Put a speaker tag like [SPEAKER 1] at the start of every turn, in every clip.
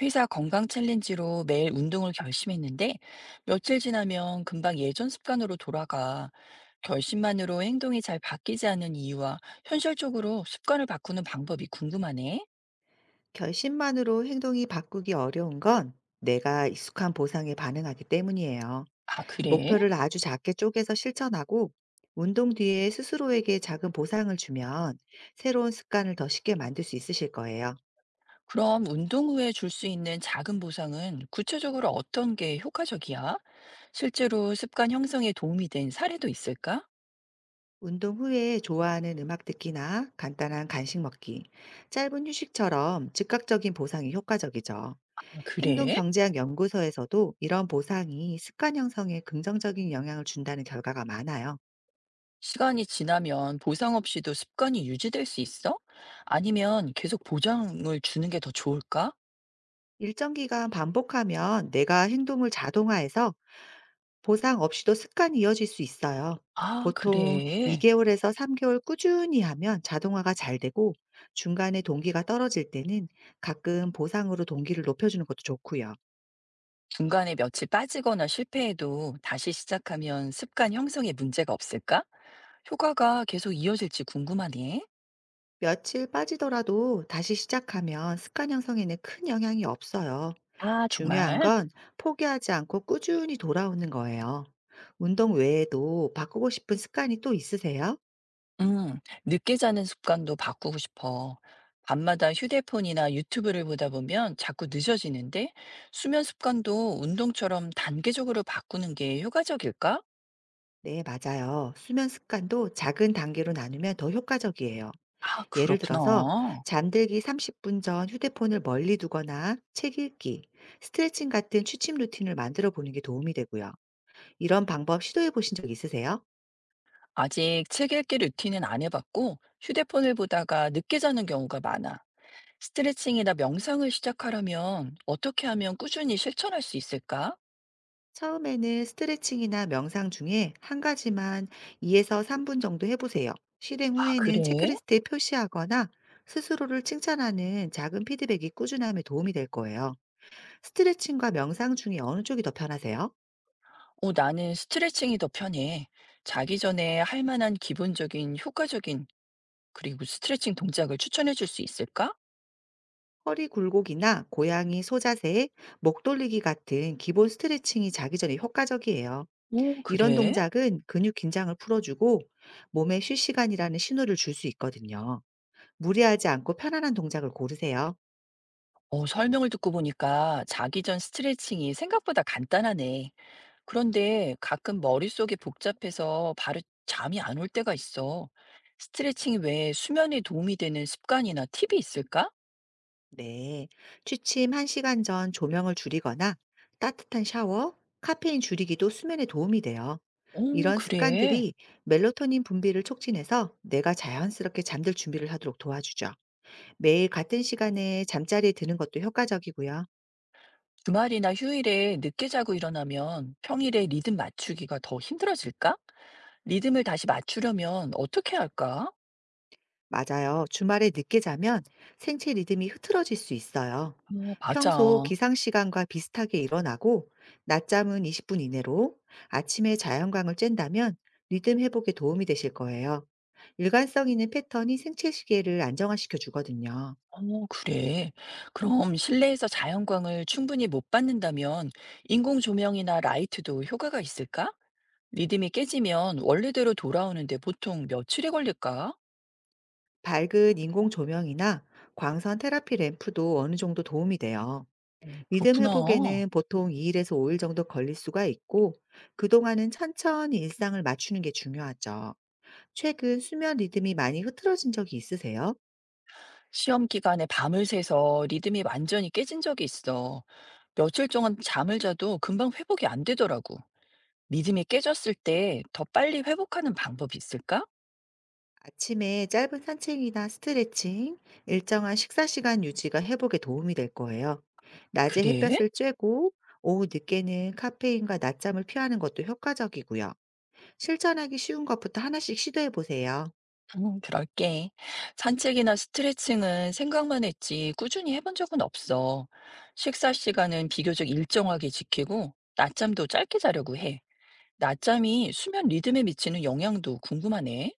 [SPEAKER 1] 회사 건강 챌린지로 매일 운동을 결심했는데 며칠 지나면 금방 예전 습관으로 돌아가. 결심만으로 행동이 잘 바뀌지 않는 이유와 현실적으로 습관을 바꾸는 방법이 궁금하네.
[SPEAKER 2] 결심만으로 행동이 바꾸기 어려운 건 내가 익숙한 보상에 반응하기 때문이에요.
[SPEAKER 1] 아, 그래?
[SPEAKER 2] 목표를 아주 작게 쪼개서 실천하고 운동 뒤에 스스로에게 작은 보상을 주면 새로운 습관을 더 쉽게 만들 수 있으실 거예요.
[SPEAKER 1] 그럼 운동 후에 줄 수 있는 작은 보상은 구체적으로 어떤 게 효과적이야? 실제로 습관 형성에 도움이 된 사례도 있을까?
[SPEAKER 2] 운동 후에 좋아하는 음악 듣기나 간단한 간식 먹기, 짧은 휴식처럼 즉각적인 보상이 효과적이죠.
[SPEAKER 1] 아,
[SPEAKER 2] 행동
[SPEAKER 1] 그래?
[SPEAKER 2] 경제학 연구소에서도 이런 보상이 습관 형성에 긍정적인 영향을 준다는 결과가 많아요.
[SPEAKER 1] 시간이 지나면 보상 없이도 습관이 유지될 수 있어? 아니면 계속 보장을 주는 게 더 좋을까?
[SPEAKER 2] 일정 기간 반복하면 내가 행동을 자동화해서 보상 없이도 습관이 이어질 수 있어요.
[SPEAKER 1] 아,
[SPEAKER 2] 보통
[SPEAKER 1] 그래.
[SPEAKER 2] 2개월에서 3개월 꾸준히 하면 자동화가 잘 되고 중간에 동기가 떨어질 때는 가끔 보상으로 동기를 높여주는 것도 좋고요.
[SPEAKER 1] 중간에 며칠 빠지거나 실패해도 다시 시작하면 습관 형성에 문제가 없을까? 효과가 계속 이어질지 궁금하네.
[SPEAKER 2] 며칠 빠지더라도 다시 시작하면 습관 형성에는 큰 영향이 없어요.
[SPEAKER 1] 아,
[SPEAKER 2] 중요한
[SPEAKER 1] 정말?
[SPEAKER 2] 건 포기하지 않고 꾸준히 돌아오는 거예요. 운동 외에도 바꾸고 싶은 습관이 또 있으세요?
[SPEAKER 1] 음, 늦게 자는 습관도 바꾸고 싶어. 밤마다 휴대폰이나 유튜브를 보다 보면 자꾸 늦어지는데 수면 습관도 운동처럼 단계적으로 바꾸는 게 효과적일까?
[SPEAKER 2] 네, 맞아요. 수면 습관도 작은 단계로 나누면 더 효과적이에요.
[SPEAKER 1] 아,
[SPEAKER 2] 예를 들어서
[SPEAKER 1] 그렇구나.
[SPEAKER 2] 잠들기 30분 전 휴대폰을 멀리 두거나 책 읽기, 스트레칭 같은 취침 루틴을 만들어 보는 게 도움이 되고요. 이런 방법 시도해 보신 적 있으세요?
[SPEAKER 1] 아직 책 읽기 루틴은 안 해봤고 휴대폰을 보다가 늦게 자는 경우가 많아. 스트레칭이나 명상을 시작하려면 어떻게 하면 꾸준히 실천할 수 있을까?
[SPEAKER 2] 처음에는 스트레칭이나 명상 중에 한 가지만 2에서 3분 정도 해보세요. 실행
[SPEAKER 1] 아,
[SPEAKER 2] 후에는
[SPEAKER 1] 그래?
[SPEAKER 2] 체크리스트에 표시하거나 스스로를 칭찬하는 작은 피드백이 꾸준함에 도움이 될 거예요. 스트레칭과 명상 중에 어느 쪽이 더 편하세요?
[SPEAKER 1] 어, 나는 스트레칭이 더 편해. 자기 전에 할 만한 기본적인 효과적인 그리고 스트레칭 동작을 추천해 줄 수 있을까?
[SPEAKER 2] 허리 굴곡이나 고양이 소자세, 목 돌리기 같은 기본 스트레칭이 자기 전에 효과적이에요.
[SPEAKER 1] 오,
[SPEAKER 2] 이런
[SPEAKER 1] 그래?
[SPEAKER 2] 동작은 근육 긴장을 풀어주고 몸에 쉴 시간이라는 신호를 줄 수 있거든요. 무리하지 않고 편안한 동작을 고르세요.
[SPEAKER 1] 어, 설명을 듣고 보니까 자기 전 스트레칭이 생각보다 간단하네. 그런데 가끔 머릿속이 복잡해서 바로 잠이 안 올 때가 있어. 스트레칭 외에 수면에 도움이 되는 습관이나 팁이 있을까?
[SPEAKER 2] 네. 취침 1시간 전 조명을 줄이거나 따뜻한 샤워, 카페인 줄이기도 수면에 도움이 돼요.
[SPEAKER 1] 오,
[SPEAKER 2] 이런
[SPEAKER 1] 그래.
[SPEAKER 2] 습관들이 멜로토닌 분비를 촉진해서 내가 자연스럽게 잠들 준비를 하도록 도와주죠. 매일 같은 시간에 잠자리에 드는 것도 효과적이고요.
[SPEAKER 1] 주말이나 휴일에 늦게 자고 일어나면 평일에 리듬 맞추기가 더 힘들어질까? 리듬을 다시 맞추려면 어떻게 할까?
[SPEAKER 2] 맞아요. 주말에 늦게 자면 생체 리듬이 흐트러질 수 있어요.
[SPEAKER 1] 어, 맞아.
[SPEAKER 2] 평소
[SPEAKER 1] 어,
[SPEAKER 2] 기상 시간과 비슷하게 일어나고 낮잠은 20분 이내로 아침에 자연광을 쬐다면 리듬 회복에 도움이 되실 거예요. 일관성 있는 패턴이 생체 시계를 안정화시켜 주거든요.
[SPEAKER 1] 그래. 그럼 실내에서 자연광을 충분히 못 받는다면 인공 조명이나 라이트도 효과가 있을까? 리듬이 깨지면 원래대로 돌아오는데 보통 며칠이 걸릴까?
[SPEAKER 2] 밝은 인공 조명이나 광선 테라피 램프도 어느 정도 도움이 돼요.
[SPEAKER 1] 어,
[SPEAKER 2] 믿음
[SPEAKER 1] 그렇구나.
[SPEAKER 2] 회복에는 보통 2일에서 5일 정도 걸릴 수가 있고, 그동안은 천천히 일상을 맞추는 게 중요하죠. 최근 수면 리듬이 많이 흐트러진 적이 있으세요?
[SPEAKER 1] 시험 기간에 밤을 새서 리듬이 완전히 깨진 적이 있어. 며칠 동안 잠을 자도 금방 회복이 안 되더라고. 믿음이 깨졌을 때 더 빨리 회복하는 방법이 있을까?
[SPEAKER 2] 아침에 짧은 산책이나 스트레칭, 일정한 식사 시간 유지가 회복에 도움이 될 거예요. 낮에
[SPEAKER 1] 그래?
[SPEAKER 2] 햇볕을 쬐고, 오후 늦게는 카페인과 낮잠을 피하는 것도 효과적이고요. 실천하기 쉬운 것부터 하나씩 시도해 보세요.
[SPEAKER 1] 그럴게. 산책이나 스트레칭은 생각만 했지 꾸준히 해본 적은 없어. 식사 시간은 비교적 일정하게 지키고 낮잠도 짧게 자려고 해. 낮잠이 수면 리듬에 미치는 영향도 궁금하네.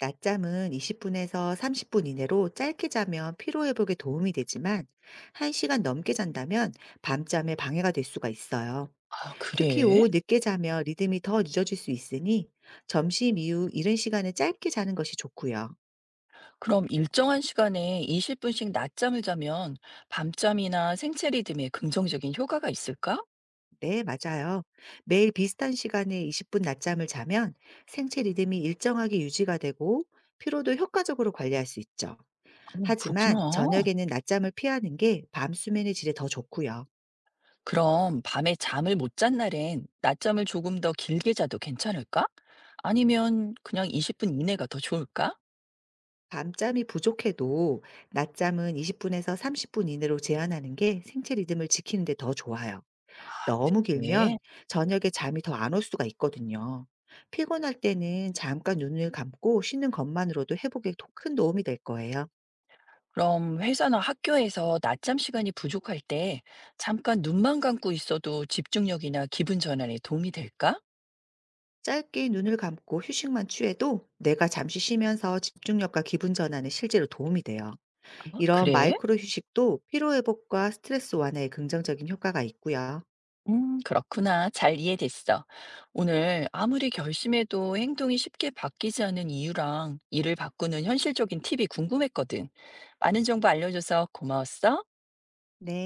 [SPEAKER 2] 낮잠은 20분에서 30분 이내로 짧게 자면 피로 회복에 도움이 되지만 1시간 넘게 잔다면 밤잠에 방해가 될 수가 있어요.
[SPEAKER 1] 아,
[SPEAKER 2] 특히
[SPEAKER 1] 그래?
[SPEAKER 2] 오후 늦게 자면 리듬이 더 늦어질 수 있으니 점심 이후 이른 시간에 짧게 자는 것이 좋고요.
[SPEAKER 1] 그럼 일정한 시간에 20분씩 낮잠을 자면 밤잠이나 생체 리듬에 긍정적인 효과가 있을까?
[SPEAKER 2] 네, 맞아요. 매일 비슷한 시간에 20분 낮잠을 자면 생체 리듬이 일정하게 유지가 되고 피로도 효과적으로 관리할 수 있죠.
[SPEAKER 1] 어, 그렇구나.
[SPEAKER 2] 하지만 저녁에는 낮잠을 피하는 게 밤 수면의 질에 더 좋고요.
[SPEAKER 1] 그럼 밤에 잠을 못 잔 날엔 낮잠을 조금 더 길게 자도 괜찮을까? 아니면 그냥 20분 이내가 더 좋을까?
[SPEAKER 2] 밤잠이 부족해도 낮잠은 20분에서 30분 이내로 제한하는 게 생체 리듬을 지키는 데 더 좋아요. 너무 길면
[SPEAKER 1] 네.
[SPEAKER 2] 저녁에 잠이 더 안 올 수가 있거든요. 피곤할 때는 잠깐 눈을 감고 쉬는 것만으로도 회복에 큰 도움이 될 거예요.
[SPEAKER 1] 그럼 회사나 학교에서 낮잠 시간이 부족할 때 잠깐 눈만 감고 있어도 집중력이나 기분 전환에 도움이 될까?
[SPEAKER 2] 짧게 눈을 감고 휴식만 취해도 내가 잠시 쉬면서 집중력과 기분 전환에 실제로 도움이 돼요.
[SPEAKER 1] 어,
[SPEAKER 2] 이런
[SPEAKER 1] 그래?
[SPEAKER 2] 마이크로 휴식도 피로 회복과 스트레스 완화에 긍정적인 효과가 있고요.
[SPEAKER 1] 그렇구나. 잘 이해됐어. 오늘 아무리 결심해도 행동이 쉽게 바뀌지 않는 이유랑 일을 바꾸는 현실적인 팁이 궁금했거든. 많은 정보 알려줘서 고마웠어.
[SPEAKER 2] 네.